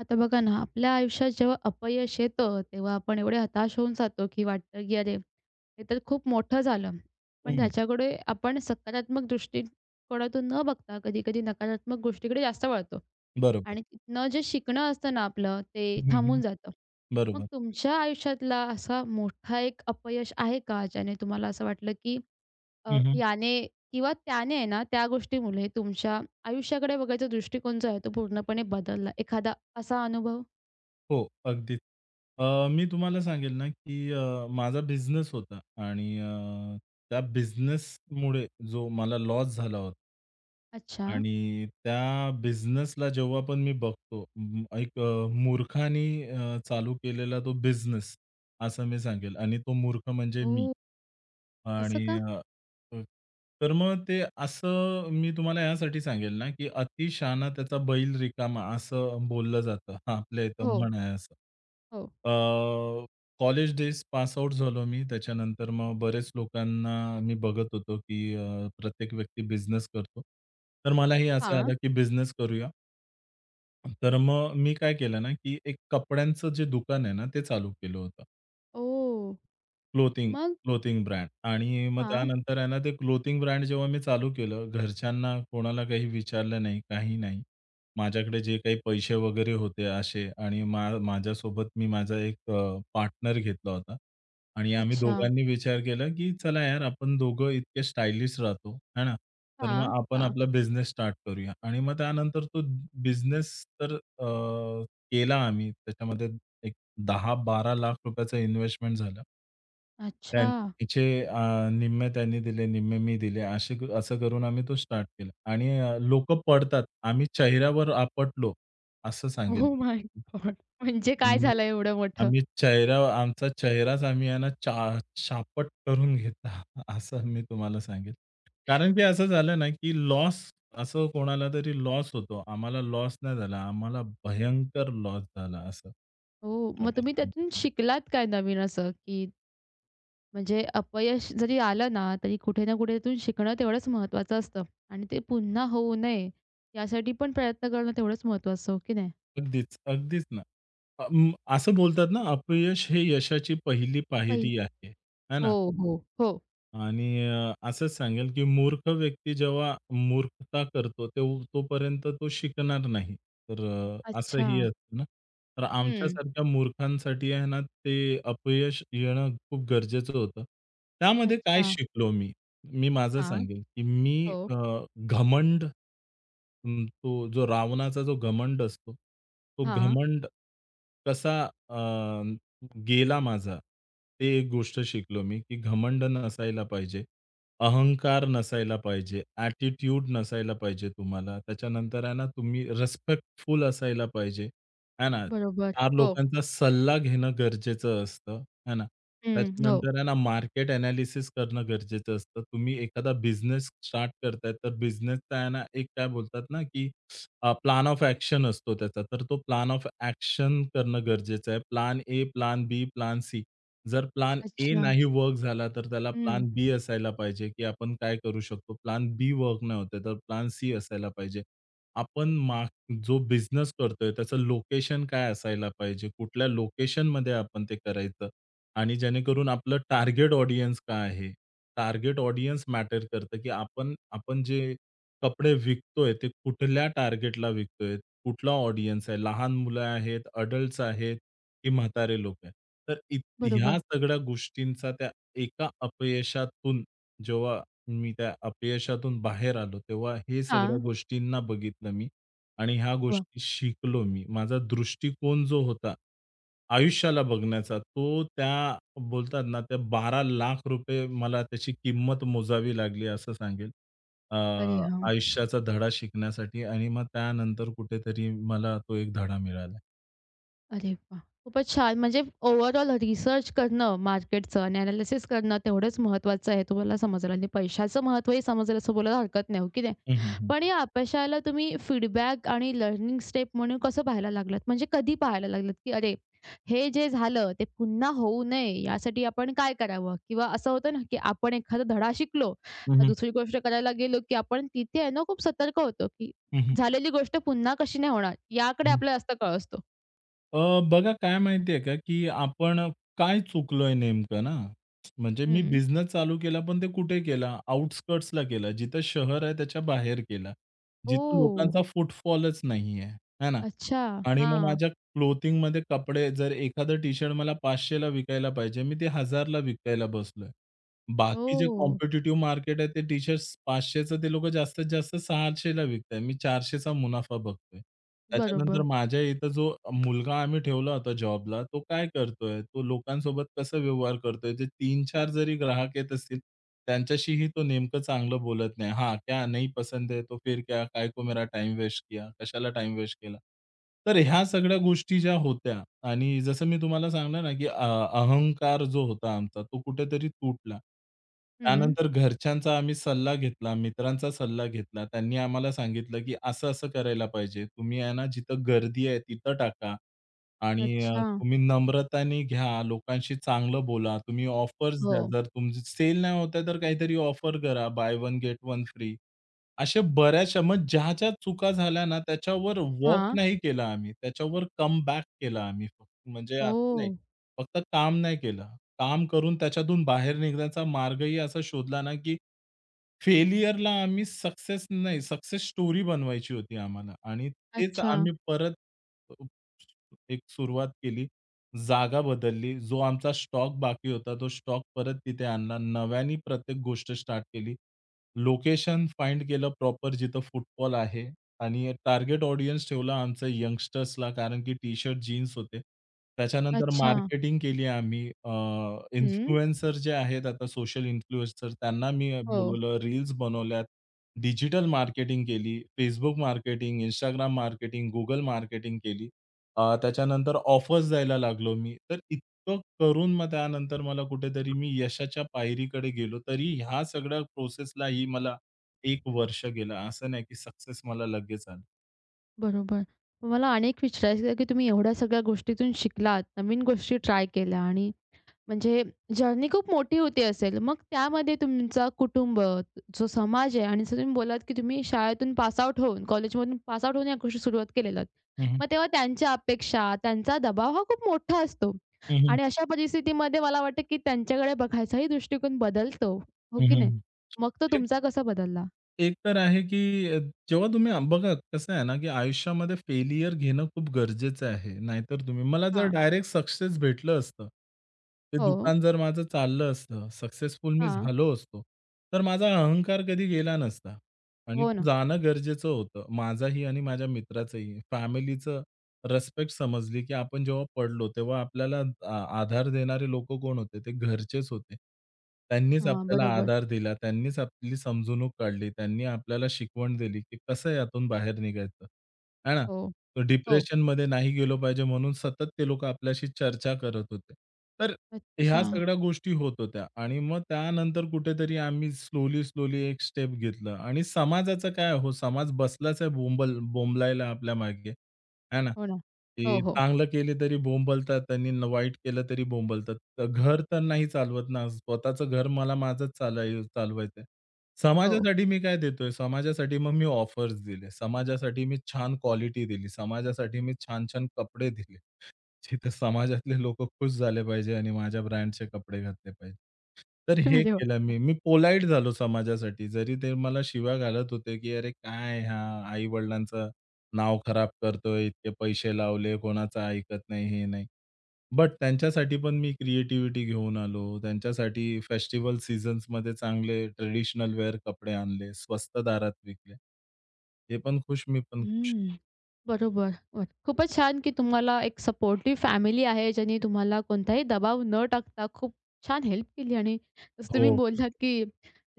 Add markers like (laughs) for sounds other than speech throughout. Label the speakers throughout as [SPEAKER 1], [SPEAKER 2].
[SPEAKER 1] आता बघा ना, आपल्या आयुष्यात जेव्हा अपयश येतं, तेव्हा आपण एवढे हताश होऊन जातो, की वाटतं, की "अरे, हे तर खूप मोठं झालं." पण
[SPEAKER 2] हं,
[SPEAKER 1] त्याच्याकडे आपण सकारात्मक दृष्टिकोनातून न बघता कधी-कधी नकारात्मक गोष्टीकडे जास्त वळतो
[SPEAKER 2] बरोबर.
[SPEAKER 1] आणि तिथनं जे शिकणं असतं ना आपलं, ते
[SPEAKER 2] हं, हं.
[SPEAKER 1] थांबून जातं. मग
[SPEAKER 2] बरोबर.
[SPEAKER 1] तुमच्या आयुष्यातला असा मोठा एक अपयश आहे का, ज्याने तुम्हाला असं वाटलं, की
[SPEAKER 2] हं, हं.
[SPEAKER 1] याने किंवा त्याने आहे ना, त्या गोष्टीमुळे तुमच्या आयुष्याकडे बघायचा दृष्टिकोन जो आहे, तो पूर्णपणे बदलला? एखादा असा अनुभव?
[SPEAKER 2] हो, अगदीच. मी तुम्हाला सांगेल ना, की माझा बिझनेस होता आणि त्या बिझनेसमुळे जो मला लॉस झाला होता
[SPEAKER 1] अच्छा.
[SPEAKER 2] आणि त्या बिझनेसला जेव्हा पण मी बघतो, एक मूर्खानी चालू केलेला तो बिझनेस, असं मी सांगेल आणि तो मूर्ख म्हणजे मी.
[SPEAKER 1] ओह! असं
[SPEAKER 2] आणि
[SPEAKER 1] का?
[SPEAKER 2] अ, अ, तर मग ते असं मी तुम्हाला यासाठी सांगेल ना, की "अति शहाणा त्याचा बैल रिकामा" असं बोललं जातं. हां, आपल्या इथं
[SPEAKER 1] हो,
[SPEAKER 2] म्हण आहे असं.
[SPEAKER 1] हो.
[SPEAKER 2] अ, कॉलेज डेज पास आउट झालो मी. त्याच्यानंतर मग बरेच लोकांना मी बघत होतो, की प्रत्येक व्यक्ती बिझनेस करतो. तर मलाही असं
[SPEAKER 1] हां.
[SPEAKER 2] आलं, की बिझनेस करूया. तर मग मी काय केलं ना, की एक कपड्यांचं जे दुकान आहे ना, ते चालू केलं होतं.
[SPEAKER 1] ओह!
[SPEAKER 2] क्लोथिंग,
[SPEAKER 1] मग?
[SPEAKER 2] क्लोथिंग ब्रँड आणि मग
[SPEAKER 1] हां.
[SPEAKER 2] त्यानंतर आहे ना, ते क्लोथिंग ब्रँड जेव्हा मी चालू केलं, घरच्यांना कोणाला काही विचारलं नाही, काही नाही. माझ्याकडे जे काही पैसे वगैरे होते असे आणि माझ्यासोबत मी माझा एक पार्टनर घेतला होता आणि आम्ही
[SPEAKER 1] अच्छा.
[SPEAKER 2] दोघांनी विचार केला, की चला यार, आपण दोघं इतके स्टायलिश राहतो, है ना? तर मग
[SPEAKER 1] हां,
[SPEAKER 2] आपण
[SPEAKER 1] हां.
[SPEAKER 2] आपला बिझनेस स्टार्ट करूया आणि मग त्यानंतर तो बिझनेस तर अ, केला आम्ही. त्याच्यामध्ये ₹10-12 लाख रुपयाचं इन्व्हेस्टमेंट झालं.
[SPEAKER 1] अच्छा. (laughs)
[SPEAKER 2] त्यांचे निम्मे त्यांनी दिले, निम्मे मी दिले. असं करून आम्ही तो स्टार्ट केला आणि पडतात. आम्ही चेहऱ्यावर आपटलो, असं सांगेल
[SPEAKER 1] ओह
[SPEAKER 2] मी.
[SPEAKER 1] माय गॉड! म्हणजे काय
[SPEAKER 2] हं,
[SPEAKER 1] झालं एवढं मोठं?
[SPEAKER 2] आम्ही चेहराच आम्ही आहे ना चा शापट करून घेतला, असं मी तुम्हाला सांगेल. कारण की असं झालं ना, की लॉस असं कोणाला तरी लॉस होतो. आम्हाला लॉस नाही झाला. आम्हाला भयंकर लॉस झाला असं.
[SPEAKER 1] हो. मग
[SPEAKER 2] मला
[SPEAKER 1] तुम्ही त्यातून
[SPEAKER 2] सांगेल.
[SPEAKER 1] शिकलात काय नवीन असं, की म्हणजे अपयश जरी आलं ना, तरी कुठे ना कुठे त्यातून शिकणं तेवढंच महत्त्वाचं असतं आणि ते पुन्हा होऊ नये यासाठी पण प्रयत्न करणं तेवढंच महत्त्वाचं, हो की नाही?
[SPEAKER 2] अगदीच, अगदीच ना. असं बोलतात ना, अपयश हे यशाची पहिली
[SPEAKER 1] पहिली.
[SPEAKER 2] पायरी आहे. है
[SPEAKER 1] हो,
[SPEAKER 2] ना?
[SPEAKER 1] हो, हो.
[SPEAKER 2] आणि असंच सांगेल, की मूर्ख व्यक्ती जेव्हा मूर्खता करतो, तोपर्यंत तो शिकणार नाही. तर
[SPEAKER 1] अच्छा.
[SPEAKER 2] असंही असतं ना. तर
[SPEAKER 1] हं.
[SPEAKER 2] आमच्यासारख्या मूर्खांसाठी आहे ना, ते अपयश येणं खूप गरजेचं होतं. त्यामध्ये काय
[SPEAKER 1] अच्छा.
[SPEAKER 2] शिकलो मी? मी माझं
[SPEAKER 1] हां.
[SPEAKER 2] सांगेल, की मी
[SPEAKER 1] हो.
[SPEAKER 2] अ, घमंड अं, तो जो रावणाचा जो घमंड असतो, तो
[SPEAKER 1] हां.
[SPEAKER 2] घमंड कसा अ, गेला माझा. ते एक गोष्ट शिकलो मी, की घमंड नसायला पाहिजे, अहंकार नसायला पाहिजे, ॲटिट्यूड नसायला पाहिजे तुम्हाला. त्याच्यानंतर आहे ना, तुम्ही रिस्पेक्टफुल असायला पाहिजे, आहे ना.
[SPEAKER 1] बरोबर.
[SPEAKER 2] 4
[SPEAKER 1] हो.
[SPEAKER 2] लोकांचा सल्ला घेणं गरजेचं असतं, आहे ना.
[SPEAKER 1] हं, हो.
[SPEAKER 2] त्याच्यानंतर आहे ना, मार्केट एनालिसिस करणं गरजेचं असतं. तुम्ही एखादा बिझनेस स्टार्ट करताय, तर बिझनेसचा आहे ना, एक काय बोलतात ना, की प्लॅन ऑफ एक्शन असतो त्याचा. तर तो प्लॅन ऑफ एक्शन करणं गरजेचं आहे. Plan A, plan B, plan C. जर प्लॅन ए
[SPEAKER 1] अच्छा.
[SPEAKER 2] नाही वर्क झाला, तर त्याला
[SPEAKER 1] हं.
[SPEAKER 2] प्लान बी असायला पाहिजे, की आपण काय करू शकतो. प्लॅन बी वर्क नाही होत आहे, तर प्लॅन सी असायला पाहिजे. आपण माग जो बिझनेस करतोय, त्याचं लोकेशन काय असायला पाहिजे? कुठल्या लोकेशनमध्ये आपण ते करायचं? आणि जेणेकरून आपलं टार्गेट ऑडियन्स काय आहे? टार्गेट ऑडियन्स मॅटर करतं, की आपण आपण जे कपडे विकतोय, ते कुठल्या टार्गेटला विकतोय? कुठला ऑडियन्स आहे? लहान मुलं आहेत, अडल्ट्स आहेत, की म्हातारे लोक आहेत? तर इत ह्या
[SPEAKER 1] बरोबर.
[SPEAKER 2] सगळ्या गोष्टींचा त्या एका अपयशातून जेव्हा मी त्या अपयशातून बाहेर आलो, तेव्हा हे सगळ्या
[SPEAKER 1] हां.
[SPEAKER 2] गोष्टींना बघितलं मी आणि ह्या
[SPEAKER 1] वाह!
[SPEAKER 2] गोष्टी शिकलो मी. माझा दृष्टिकोन जो होता, आयुष्याला बघण्याचा, तो त्या बोलतात ना, त्या ₹12,00,000 मला त्याची किंमत मोजावी लागली असं सांगेल. अ,
[SPEAKER 1] अरे हां.
[SPEAKER 2] आयुष्याचा धडा शिकण्यासाठी आणि मग त्यानंतर कुठेतरी मला तो एक धडा मिळाला.
[SPEAKER 1] अरे वाह! खूपच छान. म्हणजे ओव्हरऑल रिसर्च करणं, मार्केटचं आणि एनालिसिस करणं तेवढंच महत्त्वाचं आहे, तुम्हाला समजलं आणि पैशाचं महत्त्वही समजलं असं बोलायला हरकत नाही, हो की नाही?
[SPEAKER 2] हं, हं, हं.
[SPEAKER 1] पण या अपयशाला तुम्ही फीडबॅक आणि लर्निंग स्टेप म्हणून कसं पाहायला लागलात? म्हणजे कधी पाहायला लागलात, की अरे, हे जे झालं ते पुन्हा होऊ नये यासाठी आपण काय करावं? किंवा असं होतं ना, की आपण एखादा धडा शिकलो,
[SPEAKER 2] हं,
[SPEAKER 1] तर
[SPEAKER 2] हं.
[SPEAKER 1] दुसरी गोष्ट करायला गेलो, की आपण तिथे आहे ना खूप सतर्क होतो, की
[SPEAKER 2] हं, हं.
[SPEAKER 1] झालेली गोष्ट पुन्हा कशी नाही होणार याकडे
[SPEAKER 2] हं.
[SPEAKER 1] आपल्याला जास्त कळ असतो.
[SPEAKER 2] अ, बघा काय माहिती का, की आपण काय चुकलोय नेमकं ना? म्हणजे मी बिझनेस चालू केला, पण ते कुठे केला? आउटस्कर्ट्सला केला. जिथं शहर आहे त्याच्या बाहेर केला. जिथं
[SPEAKER 1] ओ,
[SPEAKER 2] लोकांचा फुटफॉलच नाहीये, आहे ना?
[SPEAKER 1] अच्छा.
[SPEAKER 2] आणि मग
[SPEAKER 1] हां.
[SPEAKER 2] माझ्या क्लोथिंगमध्ये कपडे जर एखादं टी-शर्ट मला 500ला विकायला पाहिजे, मी ते 1000ला विकायला बसलोय. बाकी जे
[SPEAKER 1] ओह!
[SPEAKER 2] कॉम्पिटिटिव्ह मार्केट आहे ते टी-शर्ट्स 500चं ते लोकं जास्तीत जास्त 600 ला विकताय. मी 400 चा मुनाफा बघतोय. त्याच्यानंतर
[SPEAKER 1] बरोबर.
[SPEAKER 2] माझ्या इथं जो मुलगा आम्ही ठेवला होता जॉबला, तो काय करतोय? तो लोकांसोबत कसं व्यवहार करतोय? जे 3-4 जरी ग्राहक येत असतील, त्यांच्याशीही तो नेमकं चांगलं बोलत नाही. "हाँ, क्या नहीं पसंद है तो फिर क्या? काहे को मेरा टाईम वेस्ट किया? कशाला टाईम वेस्ट केला?" तर ह्या सगळ्या गोष्टी ज्या होत्या आणि जसं मी तुम्हाला सांगलं ना, की अ अहंकार जो होता आमचा, तो कुठेतरी तुटला.
[SPEAKER 1] हं.
[SPEAKER 2] त्यानंतर घरच्यांचा आम्ही सल्ला घेतला, मित्रांचा सल्ला घेतला. त्यांनी आम्हाला सांगितलं, की असं-असं करायला पाहिजे. तुम्ही आहे ना, जिथं गर्दी आहे तिथं टाका आणि
[SPEAKER 1] अच्छा.
[SPEAKER 2] तुम्ही नम्रताने घ्या, लोकांशी चांगलं बोला, तुम्ही ऑफर्स
[SPEAKER 1] हो.
[SPEAKER 2] द्या. जर तुमची सेल नाही होत आहे, तर काहीतरी ऑफर करा. Buy one get one free. अशा बऱ्याचशा मग ज्या-ज्या चुका झाल्या ना, त्याच्यावर वर्क
[SPEAKER 1] हां.
[SPEAKER 2] नाही केला आम्ही. त्याच्यावर कम बॅक केला आम्ही फक्त. म्हणजे असं
[SPEAKER 1] ओह!
[SPEAKER 2] नाही, फक्त काम नाही केलं. काम करून त्याच्यातून बाहेर निघण्याचा मार्गही असा शोधला ना, की फेलियरला सक्सेस स्टोरी बनवायची होती आम्हाला आणि तेच
[SPEAKER 1] अच्छा,
[SPEAKER 2] आम्ही अ, एक सुरुवात केली. जागा बदलली. जो आमचा स्टॉक बाकी होता, तो स्टॉक परत तिथे आणला. नव्याने प्रत्येक गोष्ट स्टार्ट केली. लोकेशन फाइंड केलं प्रॉपर जिथं फुटबॉल आहे. आणि टार्गेट ऑडियन्स ठेवला आमचं यंगस्टर्सला कारण की टी-शर्ट, जीन्स होते. त्याच्यानंतर
[SPEAKER 1] अच्छा.
[SPEAKER 2] मार्केटिंग केली आम्ही.
[SPEAKER 1] हं.
[SPEAKER 2] इन्फ्लुएन्सर जे आहेत आता सोशल इन्फ्लुएन्सर त्यांना मी
[SPEAKER 1] हो,
[SPEAKER 2] बोलवलं, रील्स बनवल्यात, डिजिटल मार्केटिंग केली, Facebook marketing, Instagram marketing, Google marketing केली. त्याच्यानंतर ऑफर्स द्यायला लागलो मी. तर इतकं करून मग त्यानंतर मला कुठेतरी मी यशाच्या पायरीकडे गेलो. तरी ह्या सगळ्या प्रोसेसलाही मला 1 वर्ष गेलं. असं नाही की सक्सेस मला लगेच आलं.
[SPEAKER 1] बरोबर. मला अनेक विचारायचं आहे, की तुम्ही एवढ्या सगळ्या गोष्टीतून शिकलात, नवीन गोष्टी ट्राय केल्या आणि म्हणजे जर्नी खूप मोठी होती असेल. मग त्यामध्ये तुमचा कुटुंब, जो समाज आहे आणि जसं तुम्ही बोललात, की तुम्ही शाळेतून पास होऊन, कॉलेजमधून पास होऊन या गोष्टी सुरुवात केलेल्यात.
[SPEAKER 2] हं, हं.
[SPEAKER 1] मग तेव्हा त्यांच्या अपेक्षा, त्यांचा दबाव हा खूप मोठा असतो
[SPEAKER 2] हं, हं.
[SPEAKER 1] आणि अशा परिस्थितीमध्ये मला वाटतं, की त्यांच्याकडे बघायचाही दृष्टिकोन बदलतो, हो
[SPEAKER 2] हं,
[SPEAKER 1] की नाही?
[SPEAKER 2] हं.
[SPEAKER 1] मग तो
[SPEAKER 2] एक
[SPEAKER 1] तुमचा कसा बदलला?
[SPEAKER 2] एक तर आहे अ, जेव्हा तुम्ही बघा कसं आहे ना, की आयुष्यामध्ये फेल्युअर घेणं खूप गरजेचं आहे. नाहीतर तुम्ही मला जर
[SPEAKER 1] हां.
[SPEAKER 2] डायरेक्ट सक्सेस भेटलं असतं, ते
[SPEAKER 1] हो.
[SPEAKER 2] दुकान जर माझं चाललं असतं, सक्सेसफुल मी
[SPEAKER 1] हां.
[SPEAKER 2] झालो असतो, तर माझा अहंकार कधी गेला नसता आणि
[SPEAKER 1] हो
[SPEAKER 2] तो
[SPEAKER 1] ना.
[SPEAKER 2] जाणं गरजेचं होतं. माझाही आणि माझ्या मित्राचंही, फॅमिलीचं रिस्पेक्ट समजली, की आपण जेव्हा पडलो, तेव्हा आपल्याला आधार देणारे लोकं कोण होते? ते घरचेच होते. त्यांनीच
[SPEAKER 1] हां,
[SPEAKER 2] आपल्याला
[SPEAKER 1] बरोबर.
[SPEAKER 2] आधार दिला, त्यांनीच आपली समजूनूक काढली, त्यांनी आपल्याला शिकवण दिली, की कसं यातून बाहेर निघायचं, आहे ना?
[SPEAKER 1] हो.
[SPEAKER 2] तर
[SPEAKER 1] हो.
[SPEAKER 2] डिप्रेशनमध्ये नाही गेलो पाहिजे म्हणून सतत ते लोकं आपल्याशी चर्चा करत होते. तर ह्या
[SPEAKER 1] अच्छा.
[SPEAKER 2] सगळ्या गोष्टी होत होत्या आणि मग त्यानंतर कुठेतरी आम्ही स्लोली, स्लोली एक स्टेप घेतलं आणि समाजाचं काय हो, समाज बसलाच आहे बोंबल बोंबलायला आपल्यामागे, आहे ना?
[SPEAKER 1] हो ना. हो,
[SPEAKER 2] ते
[SPEAKER 1] हो.
[SPEAKER 2] चांगलं केले तरी बोंबलतात आणि न वाईट केलं तरी बोंबलतात. तर घर तर नाही चालवत ना, स्वतःचं घर मला माझंच चालवायचंय.
[SPEAKER 1] हो.
[SPEAKER 2] समाजासाठी मी काय देतोय? समाजासाठी मग मी ऑफर्स दिले. समाजासाठी मी छान क्वालिटी दिली. समाजासाठी मी छान-छान कपडे दिले. तिथे समाजातले लोकं खुश झाले पाहिजे आणि माझ्या ब्रँडचे कपडे घातले पाहिजे. तर
[SPEAKER 1] (laughs)
[SPEAKER 2] हे
[SPEAKER 1] अरे वाह!
[SPEAKER 2] केलं मी. मी पोलाईट झालो समाजासाठी. जरी ते मला शिव्या घालत होते, की "अरे काय हा आई-वडिलांचं नाव खराब करतोय, इतके पैसे लावले, कोणाचं ऐकत नाही, हे नाही." बट त्यांच्यासाठी पण मी क्रिएटिव्हिटी घेऊन आलो. त्यांच्यासाठी फेस्टिव्हल सीझन्समध्ये चांगले ट्रेडिशनल वेअर कपडे आणले, स्वस्त दारात विकले. ते पण खुश, मी पण खुश.
[SPEAKER 1] हं. बरोबर. बर. खूपच छान, की तुम्हाला एक सपोर्टिव्ह फॅमिली आहे, ज्याने तुम्हाला कोणताही दबाव न टाकता खूप छान हेल्प केली आणि जसं तुम्ही
[SPEAKER 2] हो.
[SPEAKER 1] बोललात, की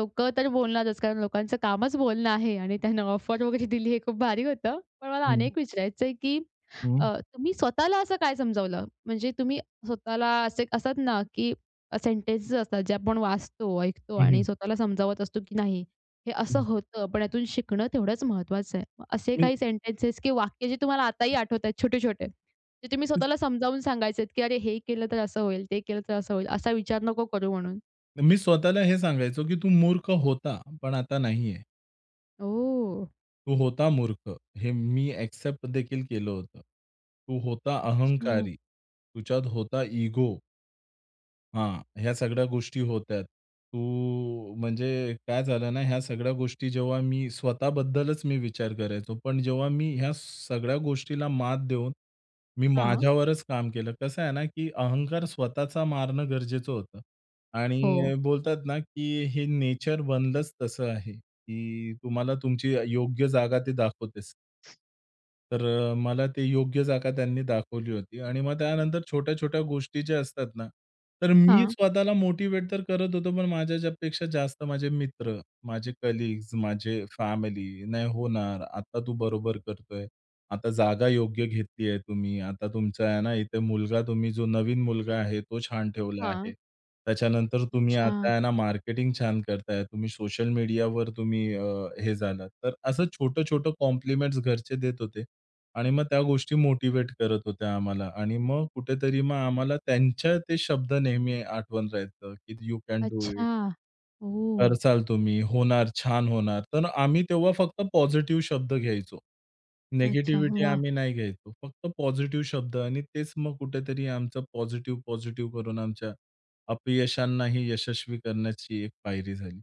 [SPEAKER 1] लोकं तर बोलणारच, कारण लोकांचं कामच बोलणं आहे आणि त्यांना ऑफर वगैरे दिली हे खूप भारी होतं. पण मला
[SPEAKER 2] हं,
[SPEAKER 1] अनेक विचारायचं आहे, की
[SPEAKER 2] हं,
[SPEAKER 1] तुम्ही स्वतःला असं काय समजावलं? म्हणजे तुम्ही स्वतःला असे असतात ना, की सेंटेन्सेस असतात, जे आपण वाचतो, ऐकतो
[SPEAKER 2] हं,
[SPEAKER 1] आणि
[SPEAKER 2] हं.
[SPEAKER 1] स्वतःला समजावत असतो, की नाही हे असं
[SPEAKER 2] हं.
[SPEAKER 1] होतं, पण यातून शिकणं तेवढंच महत्त्वाचं आहे. मग असे
[SPEAKER 2] मी
[SPEAKER 1] काही सेंटेन्सेस की वाक्य जे तुम्हाला आताही आठवतायत छोटे-छोटे, जे तुम्ही स्वतःला समजावून सांगायचेत, की "अरे, हे केलं तर असं होईल, ते केलं तर असं होईल, असा विचार नको करू" म्हणून.
[SPEAKER 2] मी स्वतःला हे सांगायचो, की तू मूर्ख होता, पण आता नाहीये.
[SPEAKER 1] ओह!
[SPEAKER 2] तू होता मूर्ख, हे मी एक्सेप्ट देखील केलं होतं. तू होता
[SPEAKER 1] अच्छा.
[SPEAKER 2] अहंकारी, तुझ्यात होता इगो. हां, ह्या सगळ्या गोष्टी होत्या. तू म्हणजे काय झालं ना, ह्या सगळ्या गोष्टी जेव्हा स्वतःबद्दलच मी विचार करायचो. पण जेव्हा मी ह्या सगळ्या गोष्टीला मात देऊन मी
[SPEAKER 1] हां.
[SPEAKER 2] माझ्यावरच काम केलं. कसं आहे ना, की अहंकार स्वतःचा मारणं गरजेचं होतं
[SPEAKER 1] हो.
[SPEAKER 2] आणि बोलतात ना, की हे नेचर बनलंच तसं आहे, की तुम्हाला तुमची योग्य जागा ते दाखवतेच. तर मला ते योग्य जागा त्यांनी दाखवली होती आणि मग त्यानंतर छोट्या-छोट्या गोष्टी ज्या असतात ना, तर मी
[SPEAKER 1] हां,
[SPEAKER 2] स्वतःला मोटिव्हेट तर करत होतो, पण माझ्यापेक्षा जास्त माझे मित्र, माझे कलीग्स, माझे फॅमिली, "नाही होणार, आता तू बरोबर करतोय. आता जागा योग्य घेतली आहे तुम्ही. आता तुमचा आहे ना, इथे मुलगा जो नवीन मुलगा आहे, तो छान ठेवला आहे.
[SPEAKER 1] हां.
[SPEAKER 2] त्याच्यानंतर तुम्ही
[SPEAKER 1] अच्छा.
[SPEAKER 2] आता आहे ना, मार्केटिंग छान करताय. तुम्ही सोशल मीडियावर हे झालात." तर असं छोटं-छोटं कॉम्प्लिमेंट्स घरचे देत होते. आणि मग त्या गोष्टी मोटिवेट करत होत्या आम्हाला आणि मग कुठेतरी मग आम्हाला त्यांच्या ते शब्द नेहमी आठवण राहायचं, की "यू कॅन डू
[SPEAKER 1] अच्छा.
[SPEAKER 2] इट.
[SPEAKER 1] ओह!
[SPEAKER 2] करसाल तुम्ही. होणार. छान होणार." तर आम्ही तेव्हा फक्त पॉझिटिव्ह शब्द घ्यायचो.
[SPEAKER 1] अच्छा.
[SPEAKER 2] निगेटिव्हिटी
[SPEAKER 1] वाह!
[SPEAKER 2] आम्ही नाही घ्यायचो. फक्त पॉझिटिव्ह शब्द आणि तेच मग कुठेतरी आमचं पॉझिटिव्ह करून आमच्या अपयशांनाही यशस्वी करण्याची एक पायरी झाली.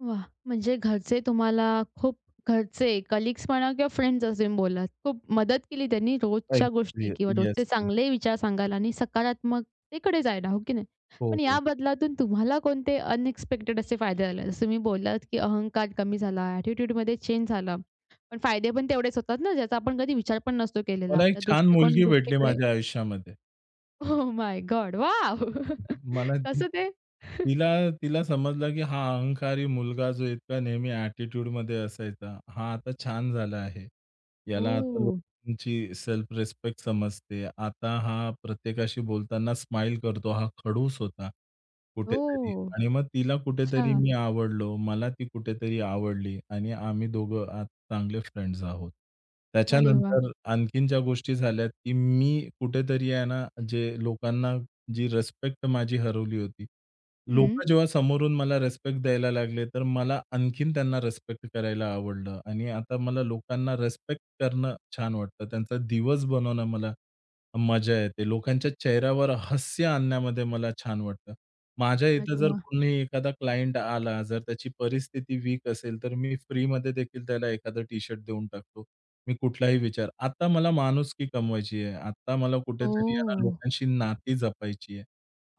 [SPEAKER 1] वाह! म्हणजे घरचे तुम्हाला खूप घरचे कलीग्स म्हणा किंवा फ्रेंड्स असे बोललात. खूप मदत केली त्यांनी रोजच्या
[SPEAKER 2] अगदी.
[SPEAKER 1] गोष्टी किंवा
[SPEAKER 2] येस.
[SPEAKER 1] रोजचे चांगले विचार सांगायला आणि सकारात्मकतेकडे जायला, हो की नाही?
[SPEAKER 2] हो,
[SPEAKER 1] पण
[SPEAKER 2] हो.
[SPEAKER 1] या बदलातून तुम्हाला कोणते अनएक्सपेक्टेड असे फायदे झाले? जसं तुम्ही बोललात, की अहंकार कमी झाला, ॲटिट्यूडमध्ये चेंज झाला. पण फायदे पण तेवढेच होतात ना, ज्याचा आपण कधी विचार पण नसतो केलेला.
[SPEAKER 2] मला एक
[SPEAKER 1] आपला
[SPEAKER 2] छान
[SPEAKER 1] दृष्टिकोन
[SPEAKER 2] मुलगी भेटली
[SPEAKER 1] गोष्टीकडे.
[SPEAKER 2] माझ्या आयुष्यामध्ये.
[SPEAKER 1] Oh my god! वॉव! (laughs)
[SPEAKER 2] मला ती
[SPEAKER 1] कसं ते? (laughs)
[SPEAKER 2] तिला तिला समजलं, की हा अहंकारी मुलगा जो इतका नेहमी ॲटिट्यूडमध्ये असायचा, हा आता छान झाला आहे. याला आता
[SPEAKER 1] ओह!
[SPEAKER 2] लोकांची सेल्फ रेस्पेक्ट समजते. आता हा प्रत्येकाशी बोलताना स्माइल करतो. हा खडूस होता कुठेतरी
[SPEAKER 1] ओह!
[SPEAKER 2] आणि मग तिला कुठेतरी
[SPEAKER 1] अच्छा.
[SPEAKER 2] मी आवडलो. मला ती कुठेतरी आवडली आणि आम्ही दोघं आज चांगले फ्रेंड्स आहोत.
[SPEAKER 1] अरे वाह!
[SPEAKER 2] त्याच्यानंतर आणखीन ज्या गोष्टी झाल्या, की मी कुठेतरी आहे ना, जे लोकांना जी रिस्पेक्ट माझी हरवली होती.
[SPEAKER 1] हं.
[SPEAKER 2] लोकं जेव्हा समोरून मला रिस्पेक्ट द्यायला लागले, तर मला आणखीन त्यांना रिस्पेक्ट करायला आवडलं आणि आता मला लोकांना रिस्पेक्ट करणं छान वाटतं. त्यांचा दिवस बनवणं मला मजा येते. लोकांच्या चेहऱ्यावर हास्य आणण्यामध्ये मला छान वाटतं. माझ्या
[SPEAKER 1] अरे
[SPEAKER 2] इथं जर
[SPEAKER 1] वाह!
[SPEAKER 2] कोणी एखादा क्लायंट आला, जर त्याची परिस्थिती वीक असेल, तर मी फ्रीमध्ये देखील त्याला एखादं टी-शर्ट देऊन टाकतो. मी कुठलाही विचार आता मला माणुसकी कमवायची आहे. आता मला कुठेतरी या
[SPEAKER 1] ओह!
[SPEAKER 2] लोकांशी नाती जपायची आहे.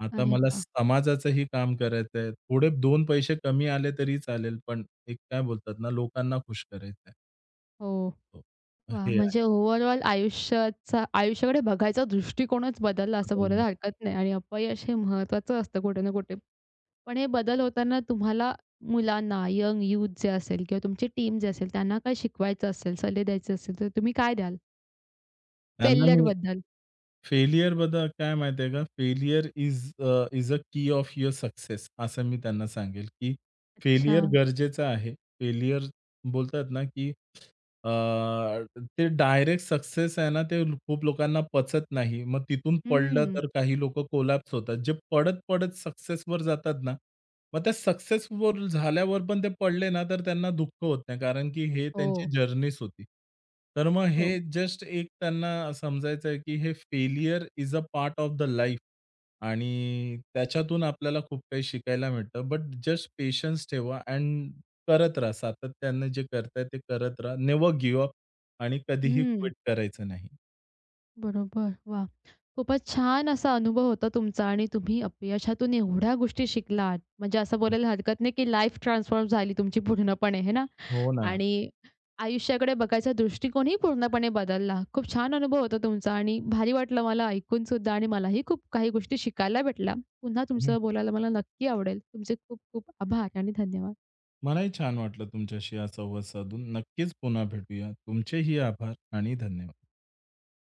[SPEAKER 2] आता
[SPEAKER 1] अरे
[SPEAKER 2] मला
[SPEAKER 1] वाह!
[SPEAKER 2] समाजाचंही काम करायचं आहे. थोडे 2 पैसे कमी आले तरी चालेल, पण एक काय बोलतात ना, लोकांना खुश करायचं आहे.
[SPEAKER 1] हो.
[SPEAKER 2] हो,
[SPEAKER 1] वाह!
[SPEAKER 2] हे आहे.
[SPEAKER 1] म्हणजे ओव्हरऑल आयुष्याचा आयुष्याकडे बघायचा दृष्टिकोनच बदलला असं बोलायला हरकत नाही आणि अपयश हे महत्त्वाचं असतं कुठे ना कुठे. पण हे बदल होताना तुम्हाला मुलांना, यंग यूथ जे असेल किंवा तुमची टीम जे असेल त्यांना काय शिकवायचं असेल, सल्ले द्यायचे असेल तर तुम्ही काय द्याल?
[SPEAKER 2] त्यांना मी
[SPEAKER 1] फेल्युअरबद्दल?
[SPEAKER 2] फेल्युअर बद्दल काय माहिती आहे का? फेल्युअर इज इज अ की ऑफ युअर सक्सेस असं मी त्यांना सांगेल, की
[SPEAKER 1] अच्छा.
[SPEAKER 2] फेल्युअर गरजेचं आहे. फेल्युअर बोलतात ना, की अ, ते डायरेक्ट सक्सेस आहे ना, ते खूप लोकांना पचत नाही. मग तिथून पडलं
[SPEAKER 1] हं.
[SPEAKER 2] तर काही लोकं कोलॅप्स होतात. जे पडत-पडत सक्सेसवर जातात ना मग त्या सक्सेसफुल झाल्यावर पण ते पडले ना, तर त्यांना दुःख होत नाही, कारण की हे त्यांची
[SPEAKER 1] हो,
[SPEAKER 2] जर्नीच होती. तर मग
[SPEAKER 1] हो.
[SPEAKER 2] हे जस्ट एक त्यांना समजायचं आहे, की हे failure is a part of the life आणि त्याच्यातून आपल्याला खूप काही शिकायला मिळतं. बट जस्ट पेशन्स ठेवा अँड करत राहा. सातत्याने जे करताय ते करत राहा. नेव्हर गिव्ह अप आणि कधीही
[SPEAKER 1] हं.
[SPEAKER 2] क्विट करायचं नाही.
[SPEAKER 1] बरोबर. वाह! खूपच छान असा अनुभव होता तुमचा आणि तुम्ही अपयशातून एवढ्या गोष्टी शिकलात. म्हणजे असं बोलायला हरकत नाही, की लाईफ ट्रान्सफॉर्म झाली तुमची पूर्णपणे, आहे ना?
[SPEAKER 2] हो ना.
[SPEAKER 1] आणि आयुष्याकडे बघायचा दृष्टिकोनही पूर्णपणे बदलला. खूप छान अनुभव होता तुमचा आणि भारी वाटलं मला ऐकून सुद्धा आणि मलाही खूप काही गोष्टी शिकायला भेटल्या. पुन्हा तुमचं बोलायला मला नक्की आवडेल. तुमचे खूप खूप आभार आणि धन्यवाद.
[SPEAKER 2] मलाही छान वाटलं तुमच्याशी हा संवाद साधून. नक्कीच पुन्हा भेटूया. तुमचेही आभार आणि धन्यवाद.